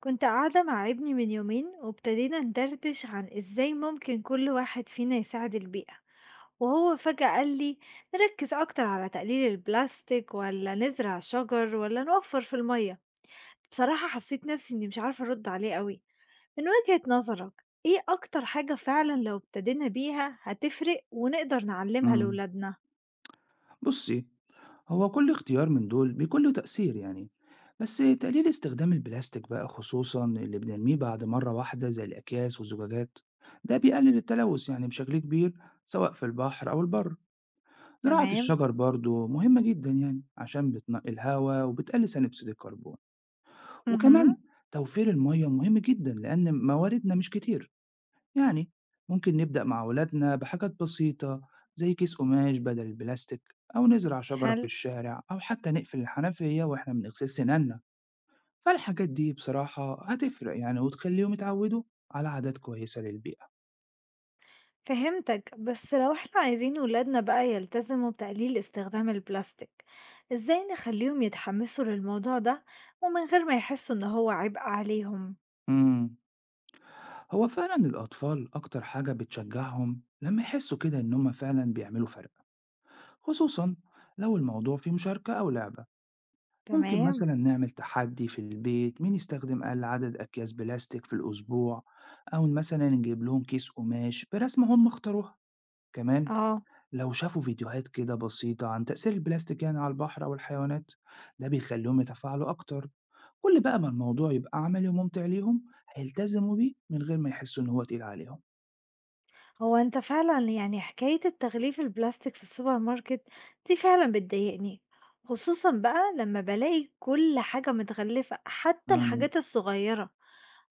كنت قاعدة مع ابني من يومين، وابتدينا ندردش عن ازاي ممكن كل واحد فينا يساعد البيئة. وهو فجأة قال لي: نركز أكتر على تقليل البلاستيك، ولا نزرع شجر، ولا نوفر في المية؟ بصراحة حسيت نفسي إني مش عارفة أرد عليه قوي. من وجهة نظرك، ايه أكتر حاجة فعلا لو ابتدينا بيها هتفرق ونقدر نعلمها إمم. لولادنا؟ بُصّي، هو كل اختيار من دول بيكون له تأثير يعني، بس تقليل استخدام البلاستيك بقى خصوصًا اللي بنرميه بعد مرّة واحدة زي الأكياس والزجاجات، ده بيقلل التلوث يعني بشكل كبير سواء في البحر أو البر. زراعة تمام، الشجر برضه مهمة جدًا يعني عشان بتنقّي الهوا وبتقلل ثاني أكسيد الكربون، وكمان مهم. توفير المَيّة مهم جدًا لأن مواردنا مش كتير. يعني ممكن نبدأ مع ولادنا بحاجات بسيطة زي كيس قماش بدل البلاستيك أو نزرع شجرة في حلو. الشارع أو حتى نقفل الحنفية وإحنا بنغسل سنانا، فالحاجات دي بصراحة هتفرق يعني وتخليهم يتعودوا على عادات كويسة للبيئة. فهمتك، بس لو احنا عايزين ولادنا بقى يلتزموا بتقليل استخدام البلاستيك، ازاي نخليهم يتحمسوا للموضوع ده ومن غير ما يحسوا ان هو عبء عليهم؟ مم. هو فعلا الأطفال أكتر حاجة بتشجعهم لما يحسوا كده إن هم فعلا بيعملوا فرق، خصوصا لو الموضوع فيه مشاركة أو لعبة. ممكن تمام. مثلا نعمل تحدي في البيت مين يستخدم أقل عدد أكياس بلاستيك في الأسبوع، أو مثلا نجيب لهم كيس قماش برسمة هم اختاروها. كمان اه. لو شافوا فيديوهات كده بسيطة عن تأثير البلاستيك يعني على البحر أو الحيوانات، ده بيخليهم يتفاعلوا أكتر. كل بقى ما الموضوع يبقى عملي وممتع ليهم، هيلتزموا بيه من غير ما يحسوا إن هو تقيل عليهم. هو انت فعلا يعني حكاية التغليف البلاستيك في السوبر ماركت دي فعلا بتضايقني، خصوصا بقى لما بلاقي كل حاجة متغلفة حتى مم. الحاجات الصغيرة.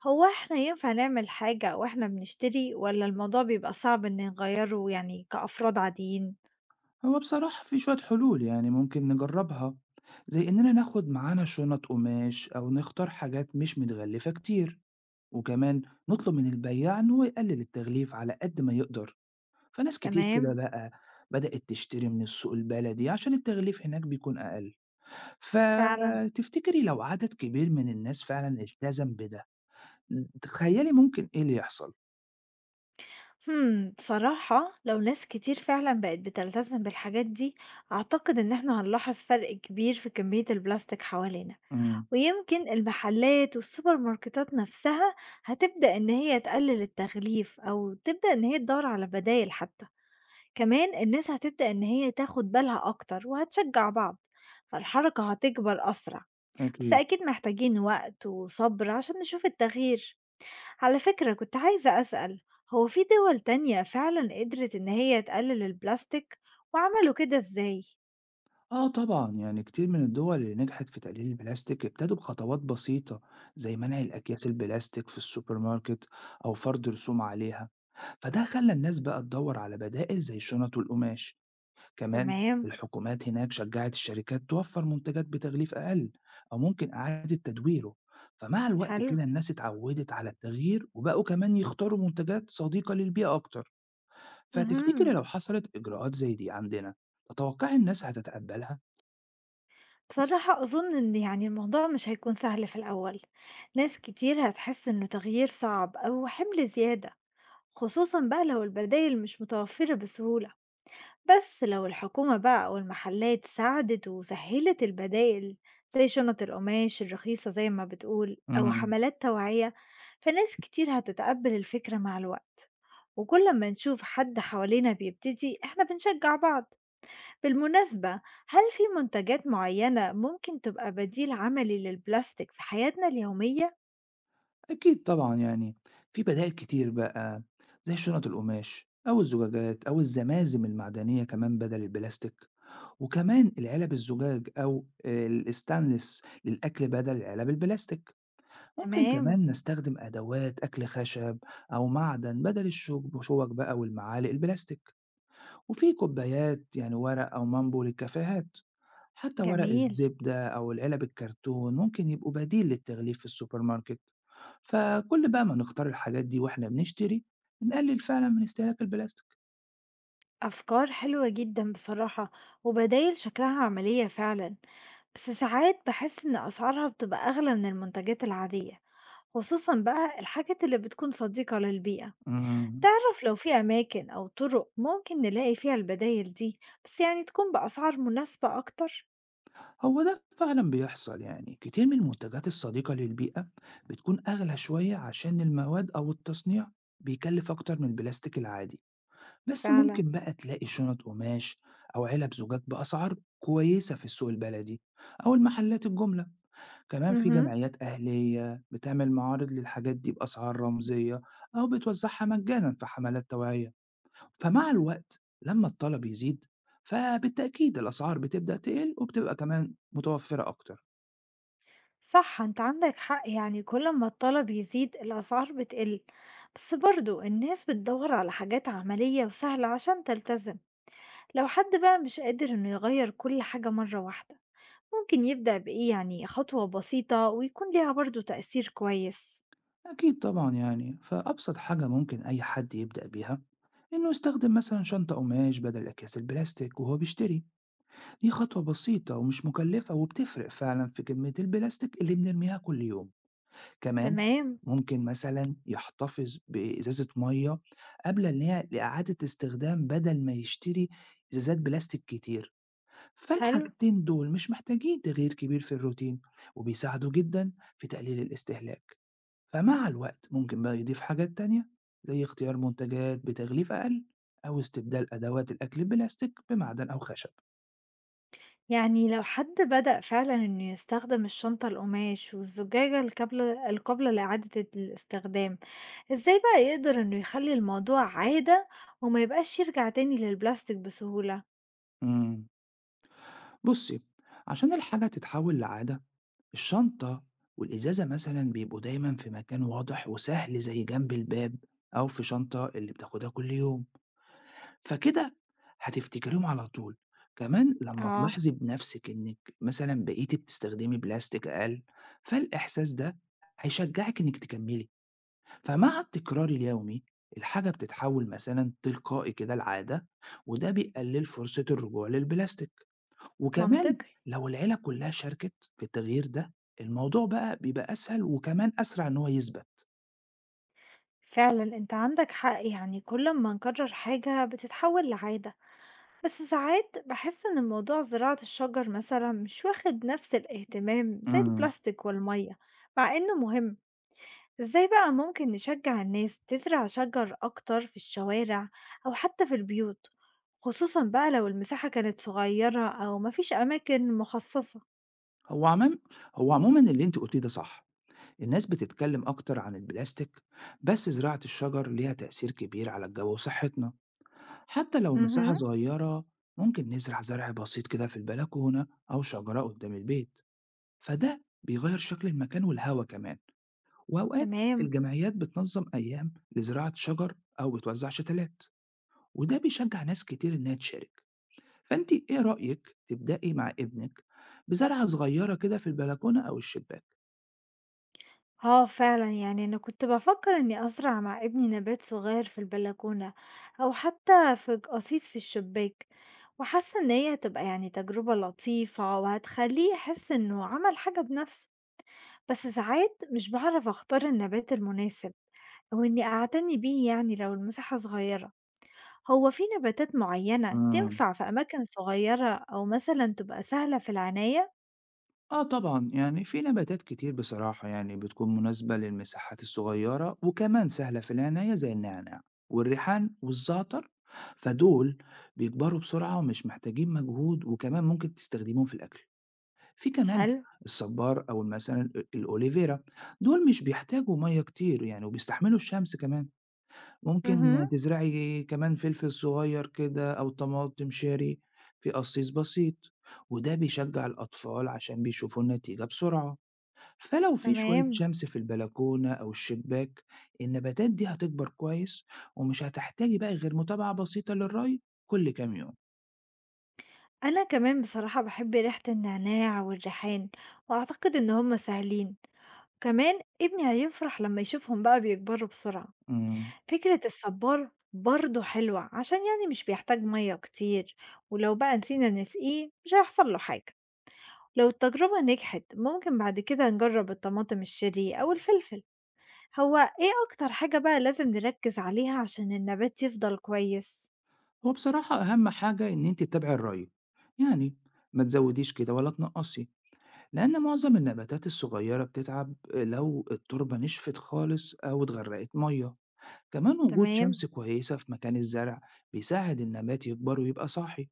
هو احنا ينفع نعمل حاجة واحنا بنشتري، ولا الموضوع بيبقى صعب ان نغيره يعني كأفراد عاديين؟ هو بصراحة في شوية حلول يعني ممكن نجربها، زي إننا ناخد معانا شنط قماش أو نختار حاجات مش متغلفة كتير، وكمان نطلب من البياع إن هو يقلل التغليف على قد ما يقدر. فناس كتير كده تمام، بقى بدأت تشتري من السوق البلدي عشان التغليف هناك بيكون أقل. فعلًا. فتفتكري لو عدد كبير من الناس فعلا التزم بده، تخيلي ممكن إيه اللي يحصل؟ إمم، بصراحة لو ناس كتير فعلًا بقت بتلتزم بالحاجات دي، أعتقد إن إحنا هنلاحظ فرق كبير في كمية البلاستيك حوالينا، امم، ويمكن المحلات والسوبر ماركتات نفسها هتبدأ إن هي تقلل التغليف أو تبدأ إن هي تدوّر على بدايل حتى. كمان الناس هتبدأ إن هي تاخد بالها أكتر وهتشجع بعض، فالحركة هتكبر أسرع، بس أكيد. أكيد محتاجين وقت وصبر عشان نشوف التغيير. على فكرة، كنت عايزة أسأل: هو في دول تانية فعلا قدرت إن هي تقلل البلاستيك وعملوا كده إزاي؟ آه طبعا يعني كتير من الدول اللي نجحت في تقليل البلاستيك ابتدوا بخطوات بسيطة زي منع الأكياس البلاستيك في السوبر ماركت أو فرض رسوم عليها، فده خلى الناس بقى تدور على بدائل زي الشنط والقماش. كمان تمام. الحكومات هناك شجعت الشركات توفر منتجات بتغليف أقل أو ممكن إعادة تدويره. فمع الوقت حلو. كده الناس اتعودت على التغيير وبقوا كمان يختاروا منتجات صديقة للبيئة أكتر. فتفتكري مهم. لو حصلت إجراءات زي دي عندنا، تتوقعي الناس هتتقبلها؟ بصراحة أظن إن يعني الموضوع مش هيكون سهل في الأول، ناس كتير هتحس إنه تغيير صعب أو حمل زيادة، خصوصا بقى لو البدايل مش متوفرة بسهولة. بس لو الحكومة بقى أو المحلات ساعدت وسهلت البدائل، زي شنط القماش الرخيصة زي ما بتقول أو مم. حملات توعية، فناس كتير هتتقبل الفكرة مع الوقت. وكل ما نشوف حد حوالينا بيبتدي احنا بنشجع بعض. بالمناسبة، هل في منتجات معينة ممكن تبقى بديل عملي للبلاستيك في حياتنا اليومية؟ أكيد طبعا يعني في بدائل كتير بقى، زي شنط القماش أو الزجاجات أو الزمازم المعدنية كمان بدل البلاستيك، وكمان العلب الزجاج أو الstainless للأكل بدل العلب البلاستيك، ممكن تمام. كمان نستخدم أدوات أكل خشب أو معدن بدل الشوك بقى والمعالق البلاستيك، وفي كوبايات يعني ورق أو مامبو للكافيهات، حتى ورق جميل. الزبدة أو العلب الكرتون ممكن يبقوا بديل للتغليف في السوبر ماركت، فكل بقى ما نختار الحاجات دي وإحنا بنشتري، بنقلل فعلًا من استهلاك البلاستيك. أفكار حلوة جدًا بصراحة، وبدايل شكلها عملية فعلًا، بس ساعات باحس إن أسعارها بتبقى أغلى من المنتجات العادية، خصوصًا بقى الحاجات اللي بتكون صديقة للبيئة. إمم. تعرف لو في أماكن أو طرق ممكن نلاقي فيها البدايل دي، بس يعني تكون بأسعار مناسبة أكتر؟ هو ده فعلا بيحصل، يعني كتير من المنتجات الصديقة للبيئة بتكون أغلى شوية عشان المواد أو التصنيع بيكلف أكتر من البلاستيك العادي. بس فعلًا. ممكن بقى تلاقي شنط قماش أو علب زجاج بأسعار كويسة في السوق البلدي أو المحلات الجملة. كمان في اهم. جمعيات أهلية بتعمل معارض للحاجات دي بأسعار رمزية أو بتوزعها مجانا في حملات توعية. فمع الوقت لما الطلب يزيد، فبالتأكيد الأسعار بتبدأ تقل وبتبقى كمان متوفرة أكتر. صح أنت عندك حق، يعني كل ما الطلب يزيد الأسعار بتقل، بس برضه الناس بتدور على حاجات عملية وسهلة عشان تلتزم. لو حد بقى مش قادر إنه يغير كل حاجة مرة واحدة، ممكن يبدأ بإيه يعني خطوة بسيطة ويكون ليها برضو تأثير كويس؟ أكيد طبعا يعني فأبسط حاجة ممكن أي حد يبدأ بيها إنه يستخدم مثلا شنطة قماش بدل أكياس البلاستيك وهو بيشتري. دي خطوة بسيطة ومش مكلفة وبتفرق فعلا في كمية البلاستيك اللي بنرميها كل يوم. كمان تمام. ممكن مثلا يحتفظ بإزازة مية قبل إن هي لإعادة استخدام بدل ما يشتري إزازات بلاستيك كتير. حلو. فالحاجتين دول مش محتاجين تغيير كبير في الروتين وبيساعدوا جدا في تقليل الاستهلاك. فمع الوقت ممكن بقى يضيف حاجات تانية زي اختيار منتجات بتغليف أقل أو استبدال أدوات الأكل بلاستيك بمعدن أو خشب. يعني لو حد بدأ فعلا إنه يستخدم الشنطة القماش والزجاجة القابلة لإعادة الاستخدام، إزاي بقى يقدر إنه يخلي الموضوع عادة وما يبقاش يرجع تاني للبلاستيك بسهولة؟ امم، بصي، عشان الحاجة تتحول لعادة، الشنطة والإزازة مثلا بيبقوا دايما في مكان واضح وسهل زي جنب الباب أو في شنطة اللي بتاخدها كل يوم، فكده هتفتكريهم على طول. كمان لما اه. تلاحظي بنفسك إنك مثلا بقيتي بتستخدمي بلاستيك أقل، فالإحساس ده هيشجعك إنك تكملي. فمع التكرار اليومي الحاجة بتتحول مثلا تلقائي كده لعادة، وده بيقلل فرصة الرجوع للبلاستيك. وكمان منطقي. لو العيلة كلها شاركت في التغيير ده، الموضوع بقى بيبقى أسهل وكمان أسرع إن هو يثبت. فعلا انت عندك حق، يعني كل ما نكرر حاجة بتتحول لعادة. بس ساعات بحس إن موضوع زراعة الشجر مثلا مش واخد نفس الاهتمام زي مم. البلاستيك والمية، مع إنه مهم. إزاي بقى ممكن نشجع الناس تزرع شجر أكتر في الشوارع أو حتى في البيوت، خصوصا بقى لو المساحة كانت صغيرة أو مفيش أماكن مخصصة؟ هو عمام هو عموما اللي انت قلتيه ده صح، الناس بتتكلم أكتر عن البلاستيك، بس زراعة الشجر ليها تأثير كبير على الجو وصحتنا. حتى لو المساحة مهم. صغيرة، ممكن نزرع زرع بسيط كده في البلكونة أو شجرة قدام البيت، فده بيغير شكل المكان والهوا كمان. وأوقات تمام. الجمعيات بتنظم أيام لزراعة شجر أو بتوزع شتلات، وده بيشجع ناس كتير إنها تشارك. فأنت إيه رأيك تبدأي مع ابنك بزرعة صغيرة كده في البلكونة أو الشباك؟ آه فعلا، يعني أنا كنت بفكر إني أزرع مع ابني نبات صغير في البلكونة أو حتى في قصيص في الشباك، وحاسة إن هي هتبقى يعني تجربة لطيفة وهتخليه يحس إنه عمل حاجة بنفسه. بس ساعات مش بعرف أختار النبات المناسب أو إني أعتني بيه، يعني لو المساحة صغيرة، هو في نباتات معينة مم. تنفع في أماكن صغيرة أو مثلا تبقى سهلة في العناية؟ آه طبعا يعني في نباتات كتير بصراحة يعني بتكون مناسبة للمساحات الصغيرة وكمان سهلة في العناية، زي النعناع والريحان والزعتر. فدول بيكبروا بسرعة ومش محتاجين مجهود وكمان ممكن تستخدمهم في الأكل. في كمان حلو. الصبار أو مثلا الأوليفيرا، دول مش بيحتاجوا مية كتير يعني وبيستحملوا الشمس. كمان ممكن مهم. تزرعي كمان فلفل صغير كده أو طماطم شاري في قصيص بسيط، وده بيشجع الأطفال عشان بيشوفوا النتيجة بسرعة. فلو في شوية تمام. شمس في البلكونة أو الشباك، النباتات دي هتكبر كويس ومش هتحتاجي بقى غير متابعة بسيطة للري كل كام يوم. أنا كمان بصراحة باحب ريحة النعناع والريحان، وأعتقد إن هُم سهلين، وكمان ابني هيفرح لمّا يشوفهم بقى بيكبروا بسرعة. مم. فكرة الصبار برضه حلوة، عشان يعني مش بيحتاج مَيّة كتير، ولو بقى نسينا نسقيه مش هيحصل له حاجة. لو التجربة نجحت ممكن بعد كده نجرب الطماطم الشيري أو الفلفل. هو إيه أكتر حاجة بقى لازم نركز عليها عشان النبات يفضل كويس؟ هو بصراحة أهم حاجة إن أنت تتابعي الري، يعني ما تزوديش كده ولا تنقصي، لأن معظم النباتات الصغيرة بتتعب لو التربة نشفت خالص أو اتغرقت مية. كمان وجود تمام، شمس كويسة في مكان الزرع بيساعد النبات يكبر ويبقى صاحي.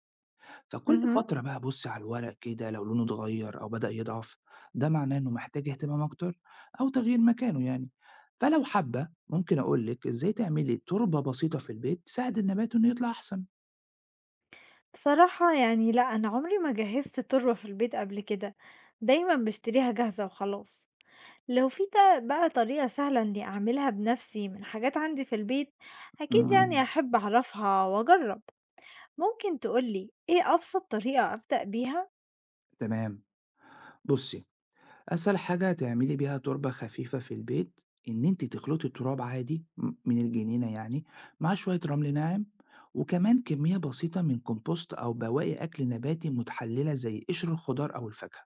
فكل اهم. فترة بقى بص على الورق كده، لو لونه اتغير أو بدأ يضعف، ده معناه إنه محتاج اهتمام أكتر أو تغيير مكانه يعني. فلو حابة ممكن أقولك إزاي تعملي تربة بسيطة في البيت تساعد النبات إنه يطلع أحسن. بصراحة يعني لأ، أنا عمري ما جهّزت توربة في البيت قبل كده، دايمًا باشتريها جاهزة وخلاص. لو في بقى طريقة سهلة إني أعملها بنفسي من حاجات عندي في البيت، أكيد يعني مم. هاحب أعرفها وأجرّب. ممكن تقول لي إيه أبسط طريقة أبدأ بيها؟ تمام، بصي، اسهل حاجه تعملي بيها تربه خفيفه في البيت ان انت تخلطي التراب عادي من الجنينه يعني، مع شويه رمل ناعم، وكمان كميه بسيطه من كومبوست او بواقي اكل نباتي متحلله زي قشر الخضار او الفاكهه،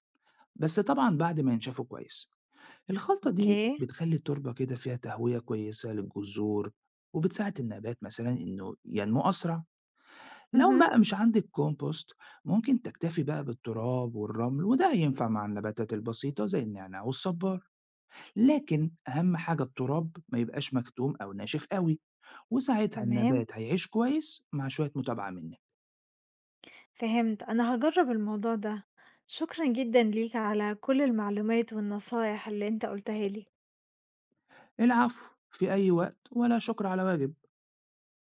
بس طبعا بعد ما ينشفوا كويس. الخلطه دي أوكي، بتخلي التربه كده فيها تهويه كويسه للجذور، وبتساعد النبات مثلا انه ينمو اسرع. لو اهم، بقى مش عندك كومبوست، ممكن تكتفي بقى بالتراب والرمل، وده ينفع مع النباتات البسيطة زي النعناع والصبار. لكن أهم حاجة التراب ما يبقاش مكتوم أو ناشف قوي، وساعتها تمام، النبات هيعيش كويس مع شوية متابعة منك. فهمت، أنا هاجرّب الموضوع ده. شكرًا جدًا ليك على كل المعلومات والنصايح اللي أنت قُلتها لي. العفو، في أي وقت، ولا شكر على واجب.